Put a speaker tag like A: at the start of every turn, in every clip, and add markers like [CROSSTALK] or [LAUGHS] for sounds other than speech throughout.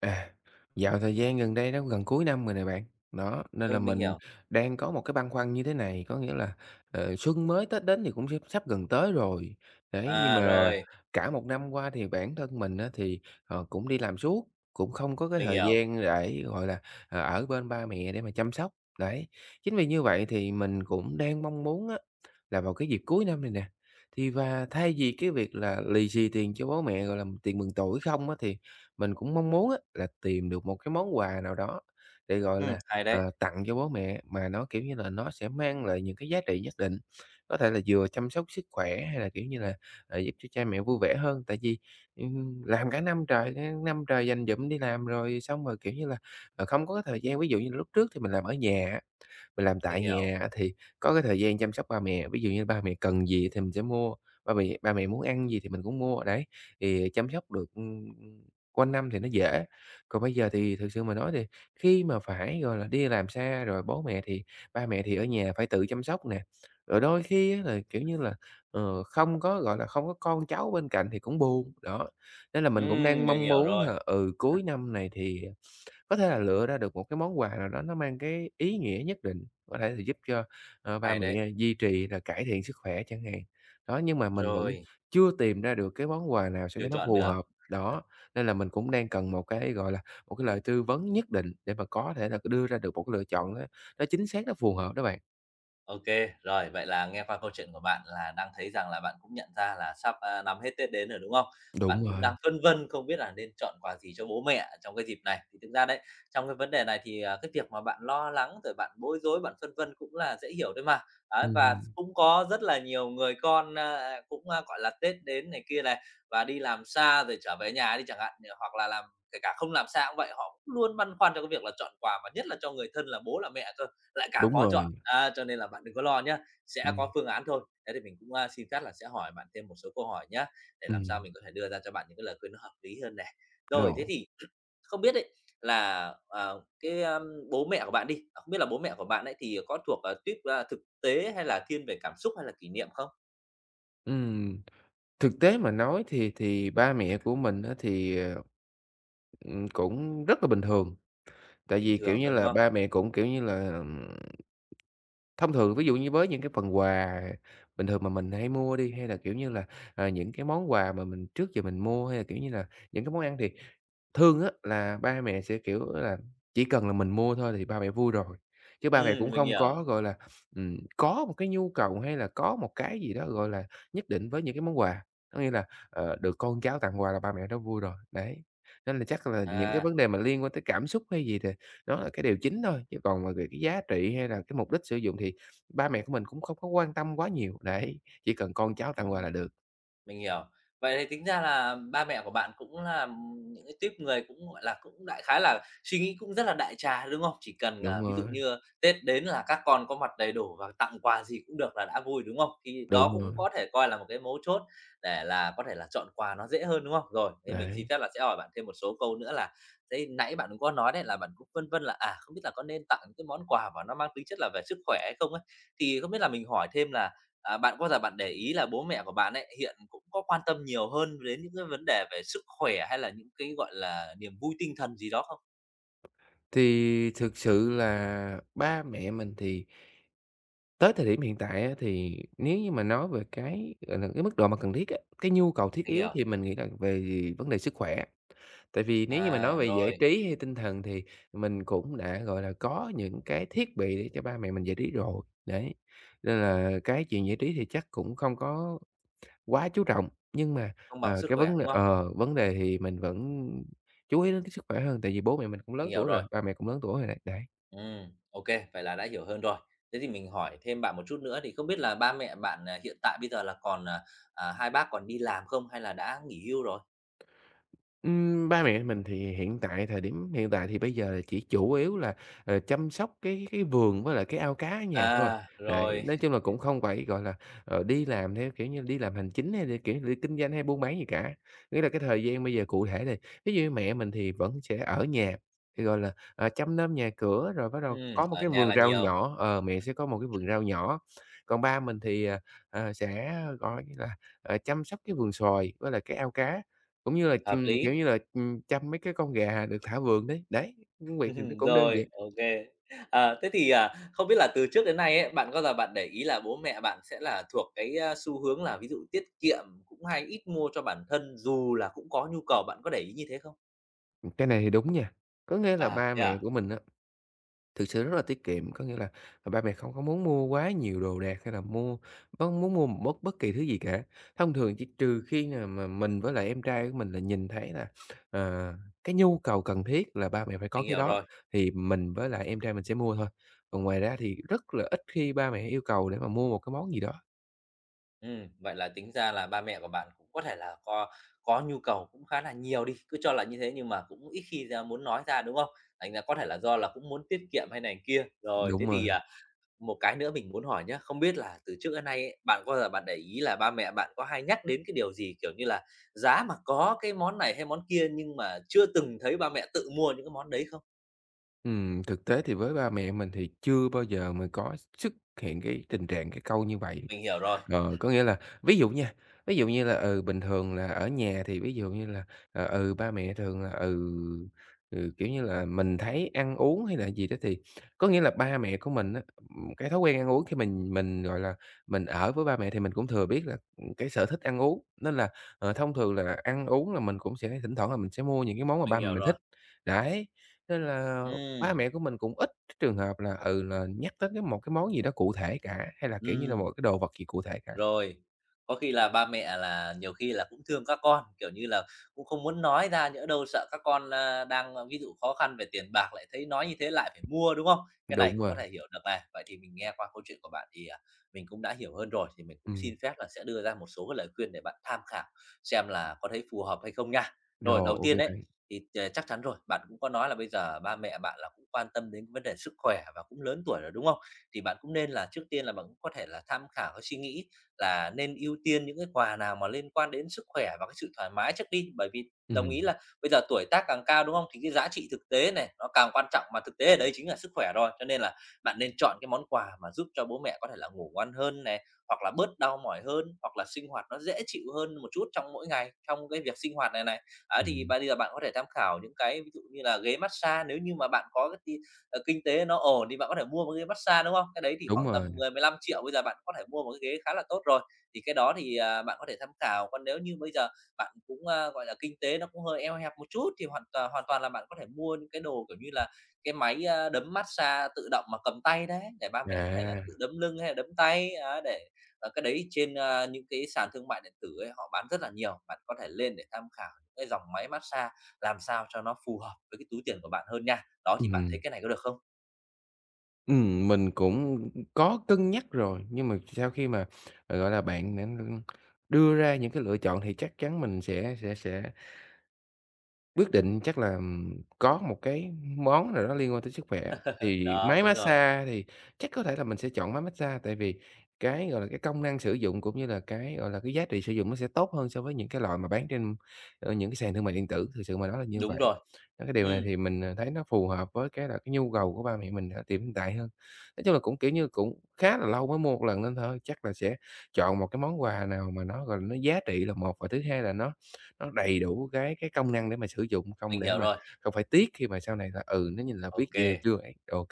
A: À, dạo thời gian gần đây đó, gần cuối năm rồi nè bạn, đó, nên là
B: Ừ, mình
A: mình
B: hiểu.
A: đang có một cái băn khoăn như thế này, có nghĩa là, xuân mới Tết đến thì cũng sắp sắp gần tới rồi. Đấy, nhưng
B: À,
A: mà
B: rồi,
A: cả một năm qua thì bản thân mình á thì, cũng đi làm suốt, cũng không có cái
B: mình
A: thời
B: hiểu.
A: gian để, gọi là, ở bên ba mẹ để mà chăm sóc, đấy. Chính vì như vậy thì mình cũng đang mong muốn á là vào cái dịp cuối năm này nè, thì và thay vì cái việc là lì xì tiền cho bố mẹ, gọi là, tiền mừng tuổi không á, thì mình cũng mong muốn á là tìm được một cái món quà nào đó để, gọi là,
B: Hay đấy,
A: tặng cho bố mẹ mà nó, kiểu như là, nó sẽ mang lại những cái giá trị nhất định, có thể là vừa chăm sóc sức khỏe hay là, kiểu như là, giúp cho cha mẹ vui vẻ hơn. Tại vì, làm cả năm trời dành dụm đi làm rồi xong rồi, kiểu như là, không có cái thời gian. Ví dụ như lúc trước thì mình làm ở nhà á mình làm
B: mình
A: tại
B: hiểu.
A: nhà á thì có cái thời gian chăm sóc ba mẹ, ví dụ như ba mẹ cần gì thì mình sẽ mua, ba mẹ muốn ăn gì thì mình cũng mua, đấy, thì chăm sóc được, quanh năm thì nó dễ. Còn bây giờ thì thực sự mà nói thì khi mà phải, gọi là, đi làm xa rồi bố mẹ thì ba mẹ thì ở nhà phải tự chăm sóc nè, rồi đôi khi á là, kiểu như là, không có, gọi là, không có con cháu bên cạnh thì cũng buồn, đó. Nên là mình cũng đang
B: Mình
A: mong
B: hiểu
A: muốn
B: rồi,
A: là, ừ, cuối năm này thì có thể là lựa ra được một cái món quà nào đó nó mang cái ý nghĩa nhất định, có thể là giúp cho, ba
B: hay
A: mẹ
B: đấy.
A: duy trì là cải thiện sức khỏe chẳng hạn. Đó, nhưng mà mình vẫn
B: Rồi,
A: chưa tìm ra được cái món quà nào sao
B: chưa
A: cho nó
B: chọn
A: phù
B: được.
A: hợp, đó, nên là mình cũng đang cần một cái, gọi là, một cái lời tư vấn nhất định để mà có thể là đưa ra được một cái lựa chọn nó chính xác, nó phù hợp đó bạn.
B: OK, rồi, vậy là nghe qua câu chuyện của bạn là đang thấy rằng là bạn cũng nhận ra là sắp, nắm hết Tết đến rồi, đúng không? Bạn
A: Đúng
B: cũng
A: rồi,
B: đang phân vân không biết là nên chọn quà gì cho bố mẹ trong cái dịp này. Thì thực ra đấy, trong cái vấn đề này thì, à, cái việc mà bạn lo lắng rồi bạn bối rối, bạn phân vân cũng là dễ hiểu thôi mà. Ấy, và
A: ừm,
B: cũng có rất là nhiều người con, cũng, gọi là, Tết đến này kia này, và đi làm xa rồi trở về nhà đi chẳng hạn, hoặc là làm kể cả không làm xa cũng vậy, họ cũng luôn băn khoăn cho cái việc là chọn quà, và nhất là cho người thân là bố là mẹ cơ. Lại càng
A: đúng
B: khó
A: rồi,
B: chọn, à, cho nên là bạn đừng có lo nhé, sẽ có
A: ừm,
B: phương án thôi. Thế thì mình cũng, xin phép là sẽ hỏi bạn thêm một số câu hỏi nhé, để làm sao
A: ừm,
B: mình có thể đưa ra cho bạn những cái lời khuyên nó hợp lý hơn này. Rồi, thế
A: rồi,
B: thì [CLEARS THROAT] không biết đấy là, cái, bố mẹ của bạn đi, à, không biết là bố mẹ của bạn ấy thì có thuộc, tuýp, thực tế hay là thiên về cảm xúc hay là kỷ niệm không?
A: ừm. Thực tế mà nói thì ba mẹ của mình á thì, cũng rất là bình thường, tại
B: Bình
A: vì, kiểu
B: thường
A: như
B: thôi, đúng
A: là,
B: không?
A: ba mẹ cũng, kiểu như là, thông thường ví dụ như với những cái phần quà bình thường mà mình hay mua đi, hay là, kiểu như là, những cái món quà mà mình trước giờ mình mua, hay là, kiểu như là, những cái món ăn thì thường á là ba mẹ sẽ, kiểu là, chỉ cần là mình mua thôi thì ba mẹ vui rồi, chứ ba mẹ
B: Ừ,
A: cũng
B: mình
A: không
B: hiểu.
A: có, gọi là, có một cái nhu cầu hay là có một cái gì đó, gọi là, nhất định với những cái món quà. Có nghĩa là, được con cháu tặng quà là ba mẹ đã vui rồi, đấy. Nên là chắc là những cái
B: À,
A: vấn đề mà liên quan tới cảm xúc hay gì thì nó là cái điều chính thôi, chứ còn mà về cái giá trị hay là cái mục đích sử dụng thì ba mẹ của mình cũng không có quan tâm quá nhiều, đấy, chỉ cần con cháu tặng quà
B: ừm.
A: là được.
B: Mình hiểu. Vậy thì tính ra là ba mẹ của bạn cũng là, những cái tuýp người cũng, gọi là, cũng đại khái là suy nghĩ cũng rất là đại trà, đúng không? Chỉ cần, à,
A: Đúng
B: ví dụ
A: rồi,
B: như Tết đến là các con có mặt đầy đủ và tặng quà gì cũng được là đã vui, đúng không? Thì đó
A: đúng rồi,
B: cũng có thể coi là một cái mấu chốt để là có thể là chọn quà nó dễ hơn, đúng không? Rồi, thế mình xin
A: đấy.
B: phép là sẽ hỏi bạn thêm một số câu nữa là đấy, nãy bạn cũng có nói đấy là bạn cũng phân vân là, à, không biết là có nên tặng những cái món quà mà nó mang tính chất là về sức khỏe hay không ấy. Thì không biết là mình hỏi thêm là À, bạn có bao giờ bạn để ý là bố mẹ của bạn ấy hiện cũng có quan tâm nhiều hơn đến những cái vấn đề về sức khỏe hay là những cái, gọi là, niềm vui tinh thần gì đó không?
A: Thì thực sự là ba mẹ mình thì tới thời điểm hiện tại á, thì nếu như mà nói về cái, gọi là, cái mức độ mà cần thiết á, cái nhu cầu thiết
B: Mình
A: yếu
B: hiểu.
A: thì mình nghĩ là về vấn đề sức khỏe. Tại vì nếu như mà nói
B: À,
A: về giải
B: rồi,
A: trí hay tinh thần thì mình cũng đã, gọi là, có những cái thiết bị để cho ba mẹ mình giải trí rồi, đấy. Nên là cái chuyện giải trí thì chắc cũng không có quá chú trọng, nhưng mà,
B: công bằng sức
A: cái
B: khỏe,
A: vấn đề
B: đúng không?
A: vấn đề thì mình vẫn chú ý đến cái sức khỏe hơn, tại vì bố mẹ mình cũng
B: Mình
A: lớn
B: hiểu
A: tuổi rồi,
B: rồi.
A: ba mẹ cũng lớn tuổi rồi đấy, đấy.
B: Ô vậy là đã hiểu hơn rồi. Thế thì mình hỏi thêm bạn một chút nữa thì không biết là ba mẹ bạn, à, hiện tại bây giờ là còn, à, à, hai bác còn đi làm không hay là đã nghỉ hưu rồi?
A: Ba mẹ mình thì hiện tại thời điểm hiện tại thì bây giờ là chỉ chủ yếu là, chăm sóc cái vườn với lại cái ao cá ở nhà thôi.
B: À,
A: Đấy,
B: rồi.
A: nói chung là
B: [LAUGHS]
A: cũng không phải, gọi là, đi làm theo, kiểu như, đi làm hành chính hay là, kiểu như, đi kinh doanh hay buôn bán gì cả. Nghĩa là cái thời gian bây giờ cụ thể là ví dụ như mẹ mình thì vẫn sẽ ở nhà, thì, gọi là, chăm nom nhà cửa rồi bắt đầu có một
B: Ở
A: cái
B: nhà
A: vườn
B: là
A: rau
B: nhiều,
A: nhỏ, mẹ sẽ có một cái vườn rau nhỏ. Còn ba mình thì, sẽ, gọi như là, chăm sóc cái vườn xoài với lại cái ao cá. Cũng như là,
B: hợp
A: kiểu
B: lý.
A: như là, chăm mấy cái con gà được thả vườn đấy, đấy, công việc thì nó cũng đơn giản.
B: Rồi, ok. À, thế thì, à, không biết là từ trước đến nay ấy, bạn có bao giờ bạn để ý là bố mẹ bạn sẽ là thuộc cái, xu hướng là ví dụ tiết kiệm, cũng hay ít mua cho bản thân dù là cũng có nhu cầu, bạn có để ý như thế không?
A: Cái này thì đúng nha, có nghĩa là
B: À,
A: ba
B: thế
A: mẹ
B: à?
A: của mình á, thực sự rất là tiết kiệm, có nghĩa là, ba mẹ không có muốn mua quá nhiều đồ đạc hay là mua mong muốn mua một bất bất kỳ thứ gì cả. Thông thường chỉ trừ khi nào mà mình với lại em trai của mình là nhìn thấy là, ờ, cái nhu cầu cần thiết là ba mẹ phải có
B: Mình
A: cái
B: hiểu
A: đó
B: rồi.
A: thì mình với lại em trai mình sẽ mua thôi, còn ngoài ra thì rất là ít khi ba mẹ yêu cầu để mà mua một cái món gì đó.
B: Vậy là tính ra là ba mẹ của bạn cũng có thể là có nhu cầu cũng khá là nhiều đi, cứ cho là như thế nhưng mà cũng ít khi ra muốn nói ra, đúng không? Thành ra có thể là do là cũng muốn tiết kiệm hay này kia. Rồi,
A: Đúng
B: thế thì,
A: rồi.
B: à, một cái nữa mình muốn hỏi nhá, không biết là từ trước đến nay ấy, bạn có bao giờ bạn để ý là ba mẹ bạn có hay nhắc đến cái điều gì, kiểu như là, giá mà có cái món này hay món kia nhưng mà chưa từng thấy ba mẹ tự mua những cái món đấy không?
A: Thực tế thì với ba mẹ mình thì chưa bao giờ mình có xuất hiện cái tình trạng cái câu như vậy.
B: Mình hiểu rồi,
A: Ờ, có nghĩa là ví dụ nha, ví dụ như là, ừ, bình thường là ở nhà thì ví dụ như là, ba mẹ thường là, kiểu như là, mình thấy ăn uống hay là gì đó thì có nghĩa là ba mẹ của mình á, cái thói quen ăn uống khi mình, gọi là, mình ở với ba mẹ thì mình cũng thừa biết là, cái sở thích ăn uống, nên là, thông thường là ăn uống là mình cũng sẽ thỉnh thoảng là mình sẽ mua những cái món mà
B: mình
A: ba mẹ
B: hiểu
A: mình
B: rồi.
A: thích. Đấy, nên là ba
B: Ừm,
A: mẹ của mình cũng ít cái trường hợp là, ừ, là nhắc tới một cái món gì đó cụ thể cả, hay là, kiểu như là, một
B: ừm.
A: cái đồ vật gì cụ thể cả.
B: Rồi, có khi là ba mẹ là nhiều khi là cũng thương các con, kiểu như là, cũng không muốn nói ra, nhỡ đâu sợ các con, đang, ví dụ khó khăn về tiền bạc lại thấy nói như thế lại phải mua, đúng không? Cái này
A: Đúng
B: cũng có
A: rồi,
B: thể hiểu được này. Vậy thì mình nghe qua câu chuyện của bạn thì, à, mình cũng đã hiểu hơn rồi, thì mình cũng
A: ừm,
B: xin phép là sẽ đưa ra một số cái lời khuyên để bạn tham khảo xem là có thấy phù hợp hay không nha. Rồi,
A: rồi,
B: đầu
A: ô kê
B: tiên đấy
A: bạn.
B: thì, ờ, chắc chắn rồi, bạn cũng có nói là bây giờ ba mẹ bạn là cũng quan tâm đến vấn đề sức khỏe và cũng lớn tuổi rồi, đúng không? Thì bạn cũng nên là trước tiên là bạn cũng có thể là tham khảo cái suy nghĩ là nên ưu tiên những cái quà nào mà liên quan đến sức khỏe và cái sự thoải mái trước đi. Bởi vì đồng ý
A: Ừm,
B: là bây giờ tuổi tác càng cao, đúng không? Thì cái giá trị thực tế này nó càng quan trọng, mà thực tế ở đây chính là sức khỏe rồi. Cho nên là bạn nên chọn cái món quà mà giúp cho bố mẹ có thể là ngủ ngon hơn này, hoặc là bớt đau mỏi hơn, hoặc là sinh hoạt nó dễ chịu hơn một chút trong mỗi ngày, trong cái việc sinh hoạt này này. Ấy, thì
A: ừm,
B: bây giờ bạn có thể tham khảo những cái ví dụ như là ghế massage, nếu như mà bạn có cái kinh tế nó ổn thì bạn có thể mua một cái ghế massage, đúng không? Cái đấy thì
A: đúng
B: khoảng tầm
A: rồi,
B: mười 000 000 triệu bây giờ bạn có thể mua một cái ghế khá là tốt rồi, thì cái đó thì, à, bạn có thể tham khảo. Còn nếu như bây giờ bạn cũng, gọi là, kinh tế nó cũng hơi eo hẹp một chút thì hoàn toàn là bạn có thể mua những cái đồ, kiểu như là, cái máy, đấm massage tự động mà cầm tay đấy, để ba mẹ có thể là
A: à,
B: tự đấm lưng hay là đấm tay, á, để cái đấy trên, những cái sàn thương mại điện tử ấy họ bán rất là nhiều. Bạn có thể lên để tham khảo những cái dòng máy massage làm sao cho nó phù hợp với cái túi tiền của bạn hơn nha. Đó, thì bạn thấy
A: ừm,
B: cái này có được không?
A: mình cũng có cân nhắc rồi, nhưng mà sau khi mà, gọi là, bạn đã đưa ra những cái lựa chọn thì chắc chắn mình sẽ quyết định chắc là, có một cái món nào đó liên quan tới sức khỏe, thì
B: Đó,
A: máy
B: đúng rồi.
A: massage thì chắc có thể là mình sẽ chọn máy massage tại vì cái, gọi là, cái công năng sử dụng cũng như là cái, gọi là, cái giá trị sử dụng nó sẽ tốt hơn so với những cái loại mà bán trên, những cái sàn thương mại điện tử, thực sự mà nói là như
B: Đúng
A: vậy.
B: rồi.
A: Đó, cái điều này
B: Ừm,
A: thì mình, thấy nó phù hợp với cái là cái nhu cầu của ba mẹ mình ở thời điểm hiện tại hơn. Nói chung là cũng, kiểu như, cũng khá là lâu mới mua một lần nên thôi chắc là sẽ chọn một cái món quà nào mà nó, gọi là, nó giá trị là một, và thứ hai là nó đầy đủ cái công năng để mà sử dụng, không
B: mình
A: để
B: hiểu
A: mà
B: rồi.
A: không phải tiếc khi mà sau này là, ừ, nó nhìn là biết vậy này
B: OK.
A: chưa ấy. Ô,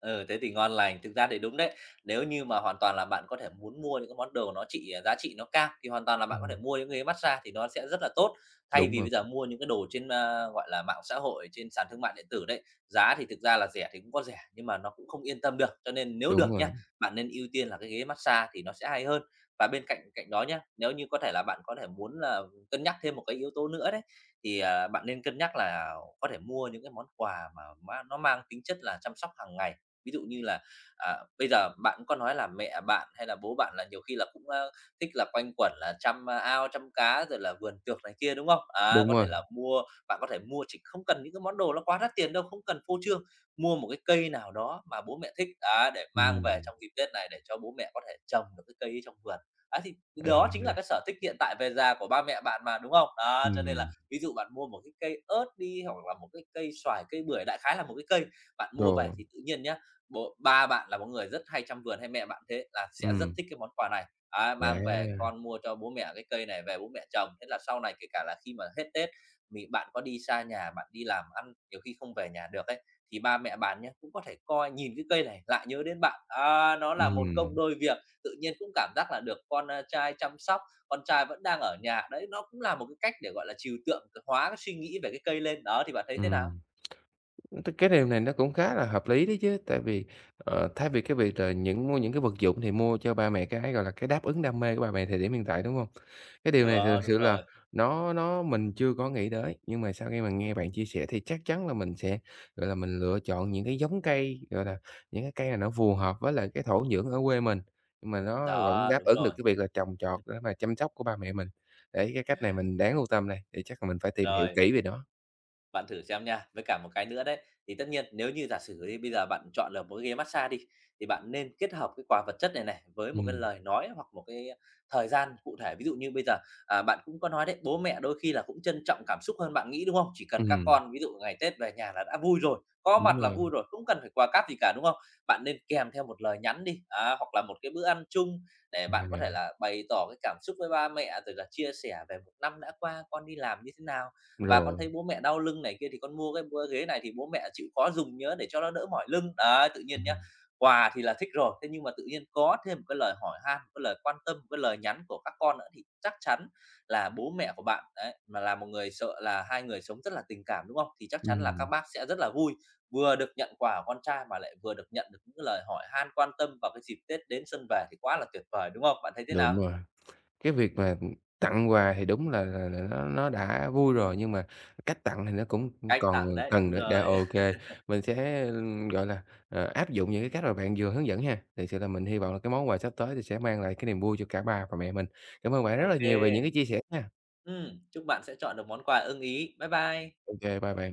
B: Ừ, thế thì ngon lành. Thực ra thì đúng đấy. Nếu như mà hoàn toàn là bạn có thể muốn mua những cái món đồ nó trị giá trị nó cao thì hoàn toàn là bạn có thể
A: ừm,
B: mua những cái massage thì nó sẽ rất là tốt. Thay
A: đúng
B: vì
A: rồi,
B: bây giờ mua những cái đồ trên, gọi là, mạng xã hội, trên sàn thương mại điện tử đấy, giá thì thực ra là rẻ thì cũng có rẻ, nhưng mà nó cũng không yên tâm được. Cho nên nếu
A: đúng
B: được nhá,
A: rồi,
B: bạn nên ưu tiên là cái ghế massage thì nó sẽ hay hơn. Và bên cạnh cạnh đó nhá, nếu như có thể là bạn có thể muốn là cân nhắc thêm một cái yếu tố nữa đấy, thì, à, bạn nên cân nhắc là có thể mua những cái món quà mà nó mang tính chất là chăm sóc hàng ngày. Ví dụ như là, à, bây giờ bạn cũng có nói là mẹ bạn hay là bố bạn là nhiều khi là cũng, ơ, thích là quanh quẩn là chăm, ao, chăm cá rồi là vườn tược này kia, đúng không? À,
A: đúng
B: có thể
A: rồi.
B: là mua bạn có thể mua chỉ không cần những cái món đồ nó quá đắt tiền đâu, không cần phô trương, mua một cái cây nào đó mà bố mẹ thích, à để mang về
A: Ừm,
B: trong dịp Tết này để cho bố mẹ có thể trồng được cái cây ấy trong vườn. À thì
A: à,
B: đó chính là cái sở thích hiện tại về già của ba mẹ bạn mà, đúng không? À cho nên là
A: ừm,
B: ví dụ bạn mua một cái cây ớt đi, hoặc là một cái cây xoài, cây bưởi, đại khái là một cái cây, bạn mua về
A: rồi,
B: thì tự nhiên nhá ba bạn là một người rất hay chăm vườn hay mẹ bạn thế là sẽ rất
A: ừm,
B: thích cái món quà này. Đấy, mang về
A: à,
B: con mua cho bố mẹ cái cây này về bố mẹ trồng, thế là sau này kể cả là khi mà hết Tết bạn có đi xa nhà, bạn đi làm ăn nhiều khi không về nhà được ấy, thì ba mẹ bạn nhé cũng có thể coi nhìn cái cây này lại nhớ đến bạn. Á, nó là một công
A: ừm,
B: đôi việc, tự nhiên cũng cảm giác là được con, trai chăm sóc, con trai vẫn đang ở nhà, đấy, nó cũng là một cái cách để, gọi là, trừu tượng hóa cái suy nghĩ về cái cây lên. Đó, thì bạn thấy thế nào?
A: ừm. Cái điều này nó cũng khá là hợp lý đấy chứ, tại vì, thay vì cái việc là những mua những cái vật dụng thì mua cho ba mẹ cái, gọi là, cái đáp ứng đam mê của ba mẹ thời điểm hiện tại, đúng không? Cái điều này thực
B: Đó, đúng
A: sự là
B: rồi,
A: nó mình chưa có nghĩ tới, nhưng mà sau khi mà nghe bạn chia sẻ thì chắc chắn là mình sẽ, gọi là, mình lựa chọn những cái giống cây, gọi là, những cái cây này nó phù hợp với lại cái thổ nhưỡng ở quê mình, nhưng mà nó vẫn
B: đó,
A: đáp
B: đúng
A: ứng được
B: rồi.
A: cái việc là trồng trọt
B: Ừm,
A: để mà chăm sóc của ba mẹ mình. Đấy, cái cách này mình đáng lưu tâm này, thì chắc là mình phải tìm hiểu
B: rồi.
A: kỹ về nó.
B: Bạn thử xem nha. Với cả một cái nữa đấy, thì tất nhiên nếu như giả sử đi, bây giờ bạn chọn được một cái ghế massage đi, thì bạn nên kết hợp cái quà vật chất này này với một cái
A: Ừm,
B: lời nói hoặc một cái thời gian cụ thể. Ví dụ như bây giờ, à, bạn cũng có nói đấy, bố mẹ đôi khi là cũng trân trọng cảm xúc hơn bạn nghĩ, đúng không? Chỉ cần các
A: ừm,
B: con ví dụ ngày Tết về nhà là đã vui rồi, có
A: đúng
B: mặt là
A: rồi,
B: vui rồi, cũng cần phải quà cáp gì cả, đúng không? Bạn nên kèm theo một lời nhắn đi, á, hoặc là một cái bữa ăn chung để bạn có thể
A: à.
B: là bày tỏ cái cảm xúc với ba mẹ, rồi là chia sẻ về một năm đã qua con đi làm như thế nào và con
A: Rồi,
B: thấy bố mẹ đau lưng này kia thì con mua ghế này thì bố mẹ chịu khó dùng nhớ để cho nó đỡ mỏi lưng." Đấy, tự nhiên nhá,
A: ừm,
B: quà thì là thích rồi, thế nhưng mà tự nhiên có thêm một cái lời hỏi han, một cái lời quan tâm, một cái lời nhắn của các con nữa thì chắc chắn là bố mẹ của bạn đấy, mà là một người sợ là hai người sống rất là tình cảm, đúng không? Thì chắc chắn là các
A: ừm,
B: bác sẽ rất là vui, vừa được nhận quà của con trai mà lại vừa được nhận được những cái lời hỏi han, quan tâm vào cái dịp Tết đến xuân về thì quá là tuyệt vời, đúng không? Bạn thấy thế nào?
A: đúng rồi. Cái việc mà, tặng quà thì đúng là nó đã vui rồi, nhưng mà cách tặng thì nó cũng
B: Cách
A: còn
B: tặng đấy,
A: cần
B: đúng
A: nữa. Đã
B: rồi,
A: ô
B: [LAUGHS]
A: kê, mình sẽ, gọi là, áp dụng những cái cách mà bạn vừa hướng dẫn ha. Thực sự là mình hy vọng là cái món quà sắp tới thì sẽ mang lại cái niềm vui cho cả ba và mẹ mình. Cảm ơn bạn rất là
B: ok.
A: nhiều về những cái chia sẻ nha.
B: Chúc bạn sẽ chọn được món quà ưng ý. Bye bye.
A: Ô kê, bye bạn.